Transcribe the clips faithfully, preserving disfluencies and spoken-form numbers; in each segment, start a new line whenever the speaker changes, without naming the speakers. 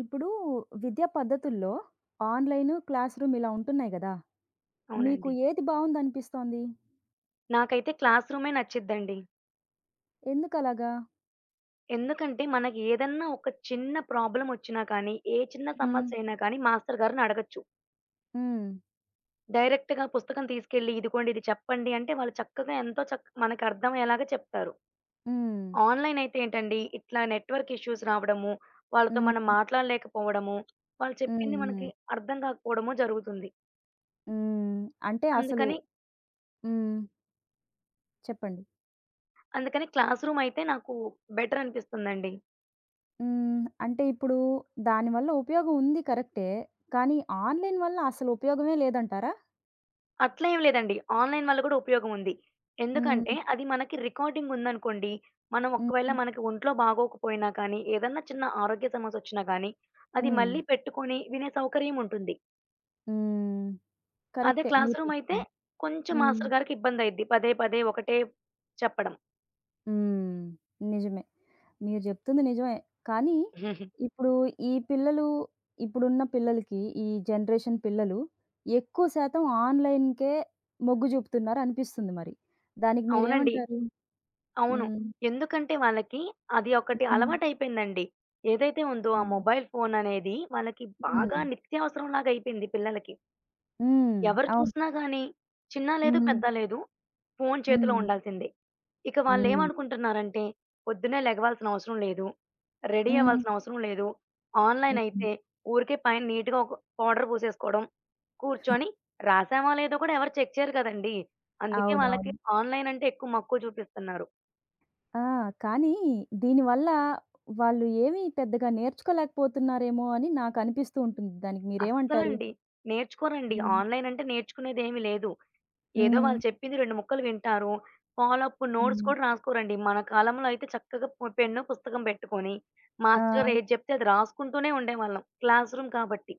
ఇప్పుడు విద్యా పద్ధతుల్లో ఆన్‌లైను, క్లాస్ రూమ్ ఇలా ఉంటున్నాయి గదా! మీకు
అవునండి.
ఏది బావుందనిపిస్తోంది?
నాకైతే క్లాస్ రూమే నచ్చిద్దండి.
ఎందుకలాగా?
ఎందుకంటే మనకి ఏదన్నా ఒక చిన్న ప్రాబ్లమొచ్చినా కానీ, ఏ చిన్న
హ్మ్.
సమస్యయినా కానీ మాస్టర్ గారిని అడగొచ్చు.
హ్మ్.
డైరెక్ట్‌గా పుస్తకం తీసుకెళ్ళి ఇదిగోండి ఇది చెప్పండి అంటే వాళ్ళు చక్కగా ఎంతో చక్ మనకర్థమయ్యేలాగా చెప్తారు.
హ్మ్.
ఆన్‌లైన్ అయితే ఏంటండి ఇట్లా నెట్‌వర్క్ ఇష్యూస్ రావడము, వాళ్ళతో మనం
హ్మ్.
మాట్లాడలేకపోవడము, వాళ్ళు చెప్పింది
హ్మ్.
మనకి అర్థం కాకపోవడము జరుగుతుంది.
హ్మ్. అంటే అసలు.
అందుకని
హ్మ్. చెప్పండి.
అందుకని క్లాస్ రూమ్ అయితే నాకు బెటర్ అనిపిస్తుందండి.
హ్మ్. అంటే ఇప్పుడు దానివల్ల ఉపయోగం ఉంది కరెక్టే. కానీ ఆన్‌లైన్ వల్ల అసలు ఉపయోగమే లేదంటారా?
అట్లా ఏం లేదండి. ఆన్‌లైన్ వల్ల కూడా ఉపయోగం ఉంది.
హ్మ్.
ఎందుకంటే అది మనకి రికార్డింగ్ ఉందనుకోండి, మనం ఒకవేళ
హ్మ్.
మనకి ఒంట్లో బాగోకపోయినా కానీ, ఏదన్నా చిన్న ఆరోగ్య సమస్యొచ్చినా గానీ, అది
హ్మ్.
మళ్ళీ పెట్టుకొని వినే సౌకర్యం ఉంటుంది.
హ్మ్.
అదే
కరెక్టే
క్లాస్
మీరు
రూమ్ అయితే
చెప్పింది.
కొంచెం
హ్మ్.
మాస్టర్ గారికి ఇబ్బందయిద్ది. పదే పదే ఒకటే చెప్పడం.
హ్మ్. నిజమే. మీరు జెప్తుంది నిజమే. కానీ ఇప్పుడు ఈ పిల్లలు ఇప్పుడున్న పిల్లలకి ఈ జనరేషన్ పిల్లలు ఎక్కువ శాతం ఆన్‌లైన్‌కే మొగ్గు జూపుతున్నారు అనిపిస్తుంది మరి. దానికి
అవునండి.
మీరేమంటారు?
అవును.
హ్మ్.
ఎందుకంటే వాళ్ళకి అది ఒకటి
హ్మ్.
అలవాటయిపోయిందండి. ఏదైతే ఉందో ఆ
హ్మ్.
మొబైల్ ఫోననేది వాళ్ళకి
హ్మ్.
బాగా నిత్యావసరంలాగా అయిపోయింది పిల్లలకి.
హ్మ్.
ఎవరు
అవును.
చూసినా గానీ, చిన్న లేదు,
హ్మ్.
పెద్ద లేదు. ఫోను చేతిలో
హ్మ్.
ఉండాల్సిందే. ఇక
హ్మ్.
వాళ్ళేమనుకుంటున్నారంటే, పొద్దున్నే లెగవాల్సిన అవసరం లేదు. రెడీ
హ్మ్.
అవ్వాల్సిన అవసరం లేదు. ఆన్‌లైన్
హ్మ్.
అయితే ఊరికే పైన నీట్‌గా ఒక పౌడర్ పూసేసుకోవడం, కూర్చొని రాసామా లేదో కూడా ఎవరు చెక్ చేయరు కదండీ. అందుకే వాళ్ళకి
అవునవును.
ఆన్‌లైన్ అంటే ఎక్కువ మక్కువ చూపిస్తున్నారు.
ఆ! కానీ దీనివల్ల వాళ్ళు ఏమి పెద్దగా నేర్చుకోలేకపోతున్నారేమో అని నాకనిపిస్తూ ఉంటుంది. దానికి మీరేమంటారు?
అస్సలండి నేర్చుకోరండి.
హ్మ్.
ఆన్‌లైన్ అంటే నేర్చుకునేదేమీ లేదు. ఏదో
హ్మ్.
వాళ్ళు చెప్పింది రెండు ముక్కలు వింటారు. ఫాలో అప్ నోట్స్
హ్మ్.
కూడా రాసుకోరండి. మన కాలంలో అయితే చక్కగా పు పెన్ను, పుస్తకం పెట్టుకొని
ఆ!
మాస్టర్ గారు ఏది చెప్తే అది రాసుకుంటూనే ఉండేవాళ్ళం. క్లాస్ రూమ్ కాబట్టి.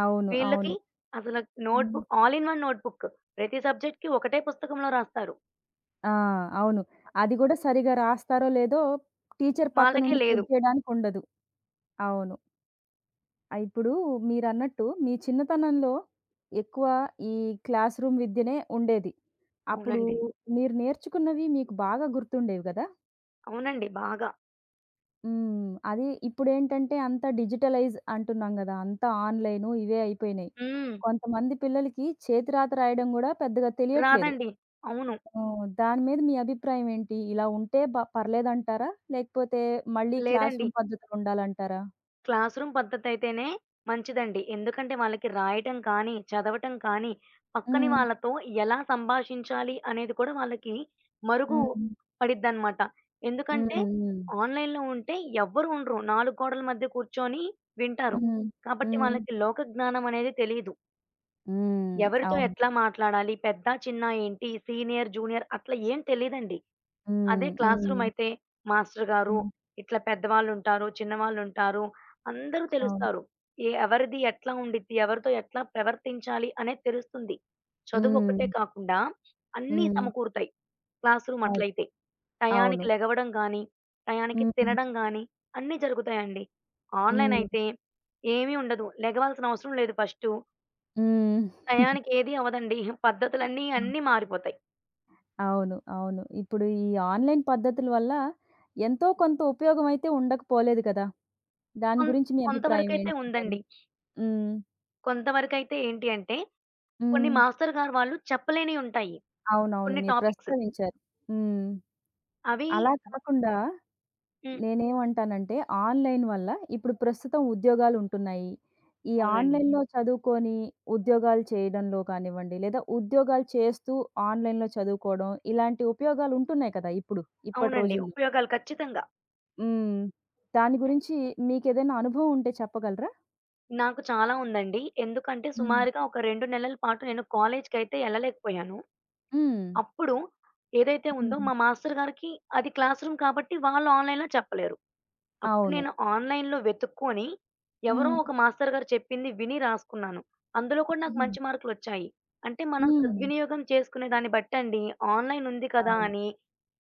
అవును.
వీళ్ళకి
అవును.
అసలు
హ్మ్.
Notebook all in one notebook. ప్రతి సబ్జెక్ట్‌కి ఒకటే పుస్తకంలో రాస్తారు.
ఆ! అవును. అది గూడా సరిగా రాస్తారో లేదో టీచర్ పక్క
వాళ్ళకే
నుండి
లేదు.
చెక్ జేయడానికుండదు. అవును. ఆ! ఇప్పుడు మీరన్నట్టు మీ చిన్నతనంలో ఎక్కువ ఈ క్లాస్ రూమ్ విద్యనే ఉండేది. అప్పుడు
అవునండి.
మీరు నేర్చుకున్నవి మీకు బాగా గుర్తుండేవి గదా!
అవునండి. బాగా.
హ్మ్. అది ఇప్పుడేంటంటే అంతా డిజిటలైజ్ అంటున్నాం గదా! అంతా ఆన్‌లైను ఇవే అయిపోయినాయి.
హ్మ్.
కొంతమంది పిల్లలకి చేతి రాత రాయడం గూడా పెద్దగా తెలియట్లేదు.
రాదండి. అవును.
హ్మ్. దాని మీద మీ అభిప్రాయం ఏంటి? ఇలా ఉంటే బ పర్లేదంటారా? లేకపోతే మళ్ళీ క్లాస్
లేదండి.
రూమ్ పద్ధతులు ఉండాలంటారా?
క్లాస్ రూమ్ పద్ధతయితేనే మంచిదండి. ఎందుకంటే వాళ్ళకి రాయటం కానీ, చదవటం కానీ, పక్కన
హ్మ్.
వాళ్ళతో ఎలా సంభాషించాలి అనేది కూడా వాళ్ళకి మరుగు
హ్మ్.
పడిద్దనమాట.
హ్మ్.
ఎందుకంటే
హ్మ్.
ఆన్‌లైన్‌లో ఉంటే ఎవ్వరు ఉండరు. నాలుగు గోడల మధ్య కూర్చొని వింటారు.
హ్మ్.
కాబట్టి
హ్మ్.
వాళ్ళకి లోక జ్ఞానం అనేది తెలీదు.
హ్మ్.
ఎవరితో
అవును.
ఎట్లా మాట్లాడాలి? పెద్ద, చిన్న ఏంటి? సీనియర్, జూనియర్ అట్లా ఏం తెలీదండి.
హ్మ్.
అదే క్లాస్
హ్మ్.
రూమ్ అయితే మాస్టర్ గారు
హ్మ్.
ఇట్లా పెద్దవాళ్ళుంటారు, చిన్నవాళ్ళుంటారు. అందరూ
అవును.
తెలుస్తారు. ఎ ఎవరిది ఎట్లా ఉండిద్ది, ఎవరితో ఎట్లా ప్రవర్తించాలి అనేది తెలుస్తుంది. చదువు
హ్మ్.
ఒక్కటే కాకుండా అన్నీ
హ్మ్.
సమకూరుతాయి క్లాస్ రూమ్
అది.
అట్లయితే.
అవును.
టయానికి లెగవడం గానీ, టయానికి
హ్మ్.
తినడం గానీ అన్నీ జరుగుతాయండి. ఆన్‌లైన్
హ్మ్.
అయితే ఏమీ ఉండదు. లెగవాల్సిన అవసరం లేదు ఫస్టు.
హ్మ్.
టయానికి ఏది అవ్వదండి. పద్ధతులన్నీ
అవును.
అన్నీ మారిపోతాయి.
అవును. అవును. ఇప్పుడు ఈ ఆన్‌లైన్ పద్ధతుల వల్ల ఎంతో కొంత ఉపయోగమైతే ఉండకపోలేదు కదా! దాని
కొం
గురించి మీ అభిప్రాయం
కొంతవరకైతే
ఏంటంటారు?
ఉందండి.
హ్మ్.
కొంతవరకైతే ఏంటి అంటే కొన్ని
హ్మ్.
మాస్టర్ గారు వాళ్ళు చెప్పలేనియి ఉంటాయి.
అవునవును.
కొన్ని
మీరు
టాపిక్స్.
ప్రస్తావించారు. హ్మ్.
అవి
అలా
బ
కాకుండా
హ్మ్.
నేనేమంటానంటే ఆన్‌లైన్ వల్ల ఇప్పుడు ప్రస్తుతం ఉద్యోగాలుంటున్నాయి. ఈ
అవునండి.
ఆన్‌లైన్‌లో చదువుకొని ఉద్యోగాలు చేయడంలో కానివ్వండి, లేదా ఉద్యోగాలు చేస్తూ ఆన్‌లైన్‌లో చదువుకోవడం ఇలాంటి ఉపయోగాలుంటున్నాయి కదా! ఇప్పుడు ఇప్పటి
అవునండి.
రోజుల్లో.
ఉపయోగాలు ఖచ్చితంగా.
హ్మ్. దాని గురించి మీకేదైనా అనుభవం ఉంటే చెప్పగలరా?
నాకు చాలా ఉందండి. ఎందుకంటే
హ్మ్.
సుమారుగా ఒక రెండు నెలల పాటు నేను కాలేజ్‌కైతే ఎళ్ళలేకపోయాను.
హ్మ్.
అప్పుడు ఏదైతే ఉందో
హ్మ్.
మా మాస్టర్ గారికి అది క్లాస్ రూమ్ కాబట్టి వాళ్ళు ఆన్‌లైన్‌లో చెప్పలేరు. అప్పుడు
అవును.
నేను ఆన్‌లైన్‌లో వెతుక్కొని, ఎవరో
హ్మ్.
ఒక మాస్టర్ గారు చెప్పింది విని రాసుకున్నాను. అందులో కూడా నాకు
హుహు.
మంచి మార్కులొచ్చాయి. అంటే మనం
హ్మ్.
సద్వినియోగం చేసుకునే దాన్ని బట్టండి. ఆన్‌లైన్ ఉంది కదా!
అవును.
అని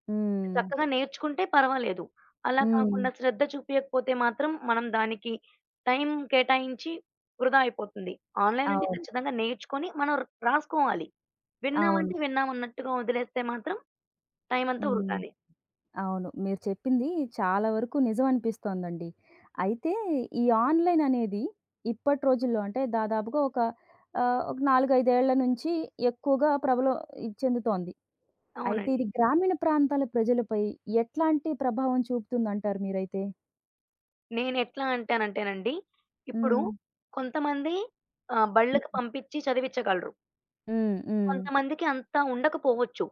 హ్మ్.
చక్కగా నేర్చుకుంటే పర్వాలేదు. అలా
హ్మ్.
కాకుండా శ్రద్ధ చూపియకపోతే మాత్రం మనం దానికి టైం కేటాయించి వృధా అయిపోతుంది. ఆన్‌లైన్ అంటే
అవును.
ఖచ్చితంగా నేర్చుకొని మనం ర్ రాసుకోవాలి.
అవును.
విన్నామంటే విన్నామన్నట్టుగా వదిలేస్తే మాత్రం టైం అంతా
హ్మ్.
వృధానే.
అవును. మీరు చెప్పింది చాలా వరకు నిజం అనిపిస్తోందండి. అయితే ఈ ఆన్‌లైన్ అనేది ఇప్పటి రోజుల్లో అంటే దాదాపుగా ఒక ఆహ్, ఒక నాలుగు, ఐదు ఏళ్ల నుంచి ఎక్కువగా ప్రబలం ఇది చెందుతోంది. అయితే
అవునండి.
ఇది గ్రామీణ ప్రాంతాల ప్రజలపై ఎట్లాంటి ప్రభావం చూపుతుందంటారు మీరైతే?
నేనెట్లా అంటానంటేనండి, ఇప్పుడు
హ్మ్.
కొంతమంది ఆహ్, బళ్ళకి
హ్మ్.
పంపించి చదివిచ్చగలరు.
హ్మ్. హ్మ్.
కొంతమందికి అంత ఉండకపోవచ్చు.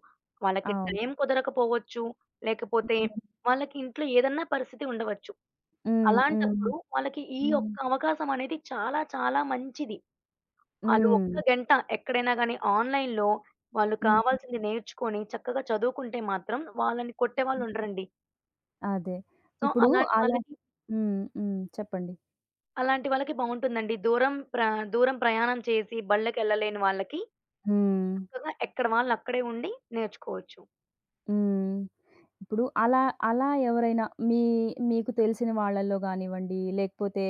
వాళ్ళకి
అవును.
టైం కుదరకపోవచ్చు. లేకపోతే వాళ్ళకి ఇంట్లో ఏదన్నా పరిస్థితి ఉండవచ్చు.
హ్మ్. హ్మ్.
అలాంటప్పుడు వాళ్ళకి ఈ
హ్మ్.
ఒక్క అవకాశం అనేది చాలా చాలా మంచిది. ఆళ్ళు
హ్మ్.
ఒక్క గంట ఎక్కడైనా గానీ ఆన్‌లైన్‌లో వాళ్ళు
హ్మ్.
కావాల్సింది నేర్చుకొని చక్కగా చదువుకుంటే మాత్రం వాళ్ళని
హ్మ్.
కొట్టేవాళ్ళుండరండి.
అదే.
సో,
ఇప్పుడు
అలాంటి
అలా.
వాళ్ళకి
హ్మ్. హ్మ్. చెప్పండి.
అలాంటి వాళ్ళకి బావుంటుందండి. దూరం ప్ర దూరం ప్రయాణం చేసి బళ్ళకెళ్ళలేని వాళ్ళకి
హ్మ్.
చక్కగా ఎక్కడ వాళ్ళు అక్కడే ఉండి నేర్చుకోవచ్చు.
హ్మ్. ఇప్పుడు అలా అలా ఎవరైనా మీ మీకు తెలిసిన వాళ్ళలో గానివ్వండి, లేకపోతే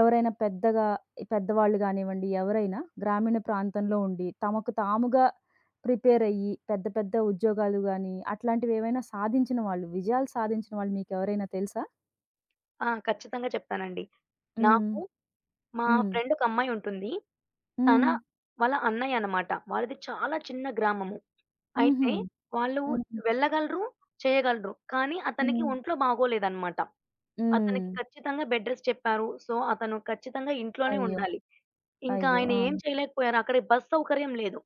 ఎవరైనా పెద్దగా పెద్దవాళ్ళు గానివ్వండి, ఎవరైనా గ్రామీణ ప్రాంతంలో ఉండి తమకు తాముగా ప్రిపేర్ అయ్యి పెద్ద పెద్ద ఉద్యోగాలు గాని, అట్లాంటివేవైనా సాధించిన వాళ్ళు, విజయాలు సాధించిన వాళ్ళు మీకెవరైనా తెలుసా?
ఆ! ఖచ్చితంగా చెప్తానండి.
హ్మ్.
నాకు మా
హ్మ్.
ఫ్రెండ్ ఒక అమ్మాయి ఉంటుంది. తన
హ్మ్.
వాళ్ళ అన్నయ్య అన్నమాట. వాళ్ళది చాలా చిన్న గ్రామము.
హుహు.
అయితే వాళ్ళు
హ్మ్.
వెళ్ళగలరు, చేయగలరు. కానీ అతనికి
హ్మ్.
ఒంట్లో బాగోలేదన్నమాట.
హ్మ్.
అతనికి ఖచ్చితంగా బెడ్ రెస్ట్ చెప్పారు. సో, అతను ఖచ్చితంగా ఇంట్లోనే
అయ్యో!
ఉండాలి. ఇంకా
అయ్యో!
ఆయన
ఆ!
ఏం చేయలేకపోయారు. అక్కడ బస్ సౌకర్యం లేదు.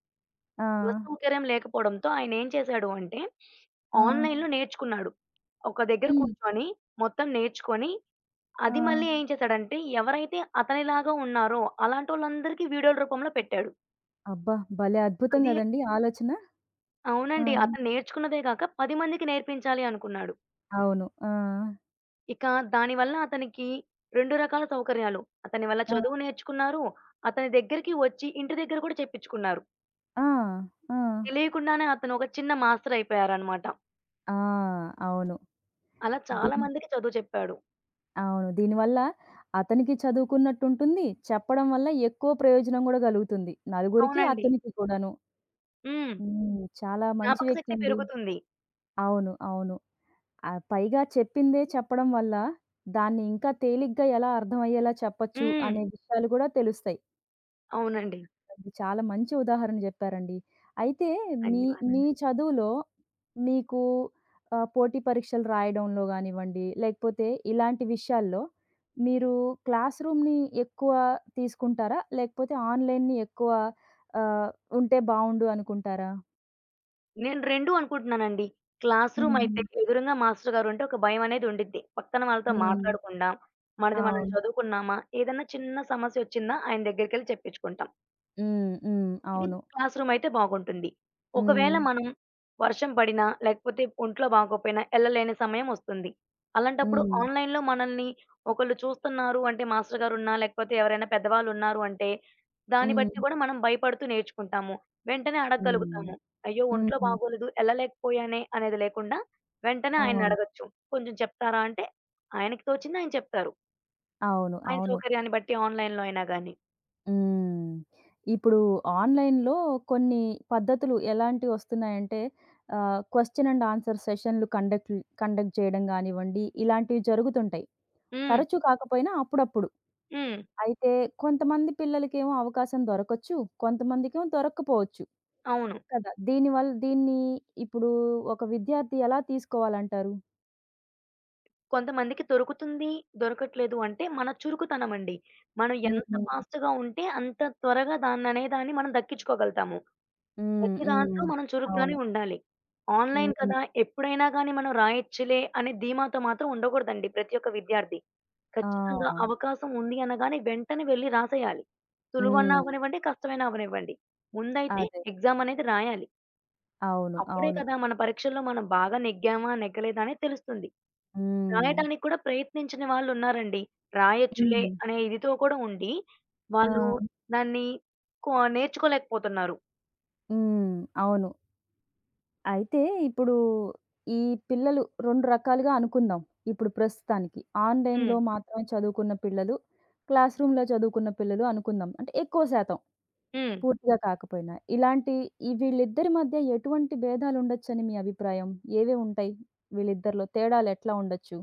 ఆ!
బస్ సౌకర్యం లేకపోవడంతో ఆయనేం చేశాడు అంటే, హ్మ్.
ఆ!
ఆన్‌లైన్‌లో నేర్చుకున్నాడు. ఒక దగ్గర
హ్మ్.
కూర్చొని మొత్తం నేర్చుకొని,
ఆ!
అది మళ్ళీ ఏం చేశాడంటే, ఎవరైతే అతనిలాగా ఉన్నారో అలాంటోళ్ళందరికీ వీడియోల రూపంలో పెట్టాడు.
అబ్బా! భలే అద్భుతం
అది
గదండీ ఆలోచన. ఆ!
అవునండి. అతను నేర్చుకున్నదే గాక పది మందికి నేర్పించాలి అనుకున్నాడు.
అవును. ఆ!
ఇక దానివల్ల అతనికి రెండు రకాల సౌకర్యాలు. అతని వల్ల
ఆ!
చదువు నేర్చుకున్నారు. అతని దగ్గరికి వచ్చి ఇంటి దగ్గర కూడా చెప్పించుకున్నారు.
ఆ! ఆ!
తెలియకుండానే అతను ఒక చిన్న మాస్టర్ అయిపోయారనమాట.
ఆ! అవును.
అలా చాలా
దీన్.
మందికి చదువు చెప్పాడు.
అవును. దీనివల్ల అతనికి చదువుకున్నట్టుంటుంది. చెప్పడం వల్ల ఎక్కువ ప్రయోజనం గూడా గలుగుతుంది. నలుగురికి,
అవునండి.
అతనికి కూడాను.
హ్మ్.
హ్మ్. చాలా మంచి
జ్ఞాపకశక్తి
వ్యక్తండి.
పెరుగుతుంది.
అవును. అవును. ఆ! పైగా చెప్పిందే చెప్పడం వల్ల, దాన్ని ఇంకా తేలిగ్గా ఎలా అర్థమయ్యేలా చెప్పొచ్చు
హ్మ్.
అనే విషయాలు గూడా తెలుస్తాయి.
అవునండి.
అది చాలా మంచి ఉదాహరణ జెప్పారండి. అయితే మీ మీ
ధన్యవాదాలు.
చదువులో మీకు ఆహ్, పోటీ పరీక్షలు రాయడంలో గానివ్వండి, లేకపోతే ఇలాంటి విషయాల్లో మీరు క్లాస్ రూమ్‌ని ఎక్కువ తీసుకుంటారా? లేకపోతే ఆన్‌లైన్‌ని ఎక్కువ ఆహ్, ఉంటే బావుండు అనుకుంటారా?
నేను రెండూ అనుకుంటున్నానండి. క్లాస్ రూమ్ అయితే
హ్మ్.
ఎదురుంగా మాస్టర్ గారుంటే ఒక భయమనేది ఉండిద్ది. పక్కన వాళ్ళతో
హ్మ్.
మాట్లాడకుండా, మనది మనం
అవును.
చదువుకున్నామా, ఏదన్నా చిన్న సమస్యొచ్చిందా ఆయన దగ్గరికెళ్లి చెప్పించుకుంటాం.
హ్మ్. హ్మ్.
ఇది
అవును.
క్లాస్ రూమ్ అయితే బాగుంటుంది. ఒకవేళ
హ్మ్.
మనం వర్షం పడినా, లేకపోతే ఒంట్లో బాగోపోయినా ఎళ్ళలేని సమయం ఒస్తుంది. అలాంటప్పుడు
హ్మ్.
ఆన్‌లైన్‌లో మనల్ని ఒకళ్ళు చూస్తున్నారు అంటే మాస్టర్ గారున్నా, లేకపోతే ఎవరైనా పెద్దవాళ్ళున్నారు అంటే, దాన్ని
హ్మ్.
బట్టి కూడా మనం భయపడుతూ నేర్చుకుంటాము. వెంటనే
హ్మ్.
అడగగలుగుతాము. అయ్యో! ఒంట్లో
హ్మ్.
బాగోలేదు, ఎళ్ళలేకపోయానే అనేది లేకుండా వెంటనే
అవును.
ఆయన్నడగొచ్చు. కొంచెం చెప్తారా అంటే, ఆయనకి తోచింది ఆయన చెప్తారు.
అవును.
ఆయన
అవును.
సౌకర్యాన్ని బట్టి ఆన్‌లైన్‌లో అయినా గాని.
హ్మ్. ఇప్పుడు ఆన్‌లైన్‌లో కొన్ని పద్ధతులు ఎలాంటివొస్తున్నాయంటే ఆహ్, క్వెషన్ అండ్ ఆన్సర్ సెషన్‌లు కండక్ట్‌ల్ కండక్ట్ చేయడం గానివ్వండి, ఇలాంటివి జరుగుతుంటాయి.
హ్మ్.
తరచూ కాకపోయినా అప్పుడప్పుడు.
హ్మ్.
అయితే కొంతమంది పిల్లలకేమో అవకాశం దొరకొచ్చు, కొంతమందికేమో దొరక్కపోవచ్చు
అవును.
కదా! దీనివల్ల దీన్ని ఇప్పుడు ఒక విద్యార్థి ఎలా తీసుకోవాలంటారు?
కొంతమందికి దొరుకుతుంది, దొరకట్లేదు అంటే మన చురుకుతనమండి. మనం ఎంత
హ్మ్.
ఫాస్ట్‌గా ఉంటే అంత త్వరగా దాన్ననే దాన్ని మనం దక్కించుకోగలుగుతాము.
హ్మ్.
ప్రతి దాంట్లో
హ్మ్.
మనం చురుగ్గానే
అవును.
ఉండాలి. ఆన్‌లైన్
హ్మ్.
కదా! ఎప్పుడైనా గానీ మనం రాయొచ్చులే అనే ధీమాతో మాత్రం ఉండకూడదండి ప్రతి ఒక్క విద్యార్థి.
ఆ!
ఖచ్చితంగా అవకాశం ఉంది అనగానే వెంటనే వెళ్లి రాసేయాలి. సులువన్నా
హ్మ్.
అవ్వనివ్వండి, కష్టమైనా అవ్వనివ్వండి. ముందైతే
అదే.
ఎగ్జామ్ అనేది రాయాలి.
అవును.
అప్పుడే
అవును.
కదా! మన పరీక్షల్లో మనం బాగా నెగ్గామా? నెగ్గలేదా? అనేది తెలుస్తుంది.
హ్మ్.
రాయడానికి కూడా ప్రయత్నించని వాళ్ళున్నారండి. రాయొచ్చులే
హ్మ్.
అనే ఇదితో కూడా ఉండి, వాళ్ళు
ఆ!
దాన్ని కొ నేర్చుకోలేకపోతున్నారు.
హ్మ్. అవును. అయితే ఇప్పుడు ఈ పిల్లలు రెండు రకాలుగా అనుకుందాం. ఇప్పుడు ప్రస్తుతానికి ఆన్‌లైన్‌లో
హ్మ్.
మాత్రమే చదువుకున్న పిల్లలు, క్లాస్ రూమ్‌లో చదువుకున్న పిల్లలు అనుకుందాం. అంటే ఎక్కువ శాతం
హ్మ్.
పూర్తిగా కాకపోయినా. ఇలాంటి ఈ వీళ్ళిద్దరి మధ్య ఎటువంటి భేదాలు ఉండొచ్చని మీ అభిప్రాయం? ఏవేవి ఉంటాయి? వీళ్ళిద్దరిలో తేడాలు ఎట్లా ఉండొచ్చు?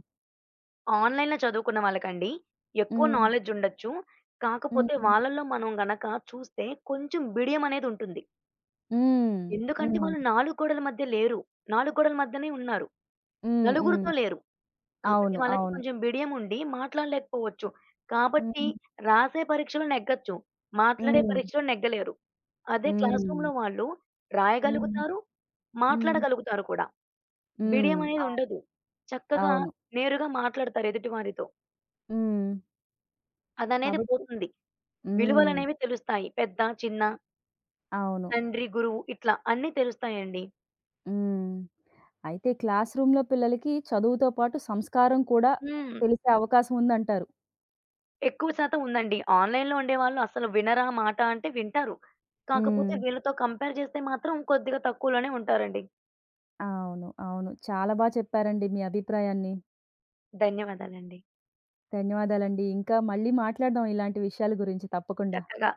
ఆన్‌లైన్‌లో చదువుకున్న వాళ్ళకండి ఎక్కువ
హ్మ్.
నాలెడ్జ్ ఉండొచ్చు. కాకపోతే
హ్మ్.
వాళ్ళలో మనం గనక చూస్తే కొంచెం బిడియం అనేది ఉంటుంది.
హ్మ్.
ఎందుకంటే
హ్మ్.
వాళ్ళు నాలుగు గోడల మధ్య లేరు. నాలుగు గోడల మధ్యనే ఉన్నారు.
హ్మ్. హ్మ్.
నలుగురితో లేరు. కాబట్టి
అవును.
వాళ్ళకి
అవును.
కొంచెం బిడియం ఉండి మాట్లాడలేకపోవచ్చు. కాబట్టి
హ్మ్.
రాసే పరీక్షలో నెగ్గొచ్చు. మాట్లాడే
హ్మ్.
పరీక్షలో నెగ్గలేరు. అదే క్లాస్
హ్మ్.
రూమ్‌లో వాళ్ళు
హ్మ్.
రాయగలుగుతారు,
హ్మ్.
మాట్లాడగలుగుతారు కూడా.
హ్మ్.
బిడియం అనేది
అవును.
ఉండదు. చక్కగా
అవును.
నేరుగా మాట్లాడతారు ఎదుటి వారితో.
హ్మ్.
అదనేది
కాబట్టి.
పోతుంది.
హ్మ్.
విలువలనేవి తెలుస్తాయి. పెద్ద, చిన్న,
అవును.
తండ్రి, గురువు ఇట్లా అన్నీ తెలుస్తాయండి.
హ్మ్. అయితే క్లాస్ రూమ్‌లో పిల్లలకి చదువుతో పాటు సంస్కారం కూడా
హ్మ్.
తెలిసే అవకాశం ఉందంటారు.
ఎక్కువ శాతం ఉందండి. ఆన్‌లైన్‌లో ఉండేవాళ్ళు అసలు వినరా మాట అంటే వింటారు.
హ్మ్.
కాకపోతే వీళ్ళతో కంపేర్ చేస్తే మాత్రం కొద్దిగా తక్కువలోనే ఉంటారండి.
అవును. అవును. చాలా బా చెప్పారండి మీ అభిప్రాయాన్ని.
ధన్యవాదాలండి.
ధన్యవాదాలండి. ఇంకా మళ్ళీ మాట్లాడదాం ఇలాంటి విషయాల గురించి తప్పకుండా.
చక్కగా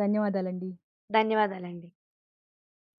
ధన్యవాదాలండి.
ధన్యవాదాలండి.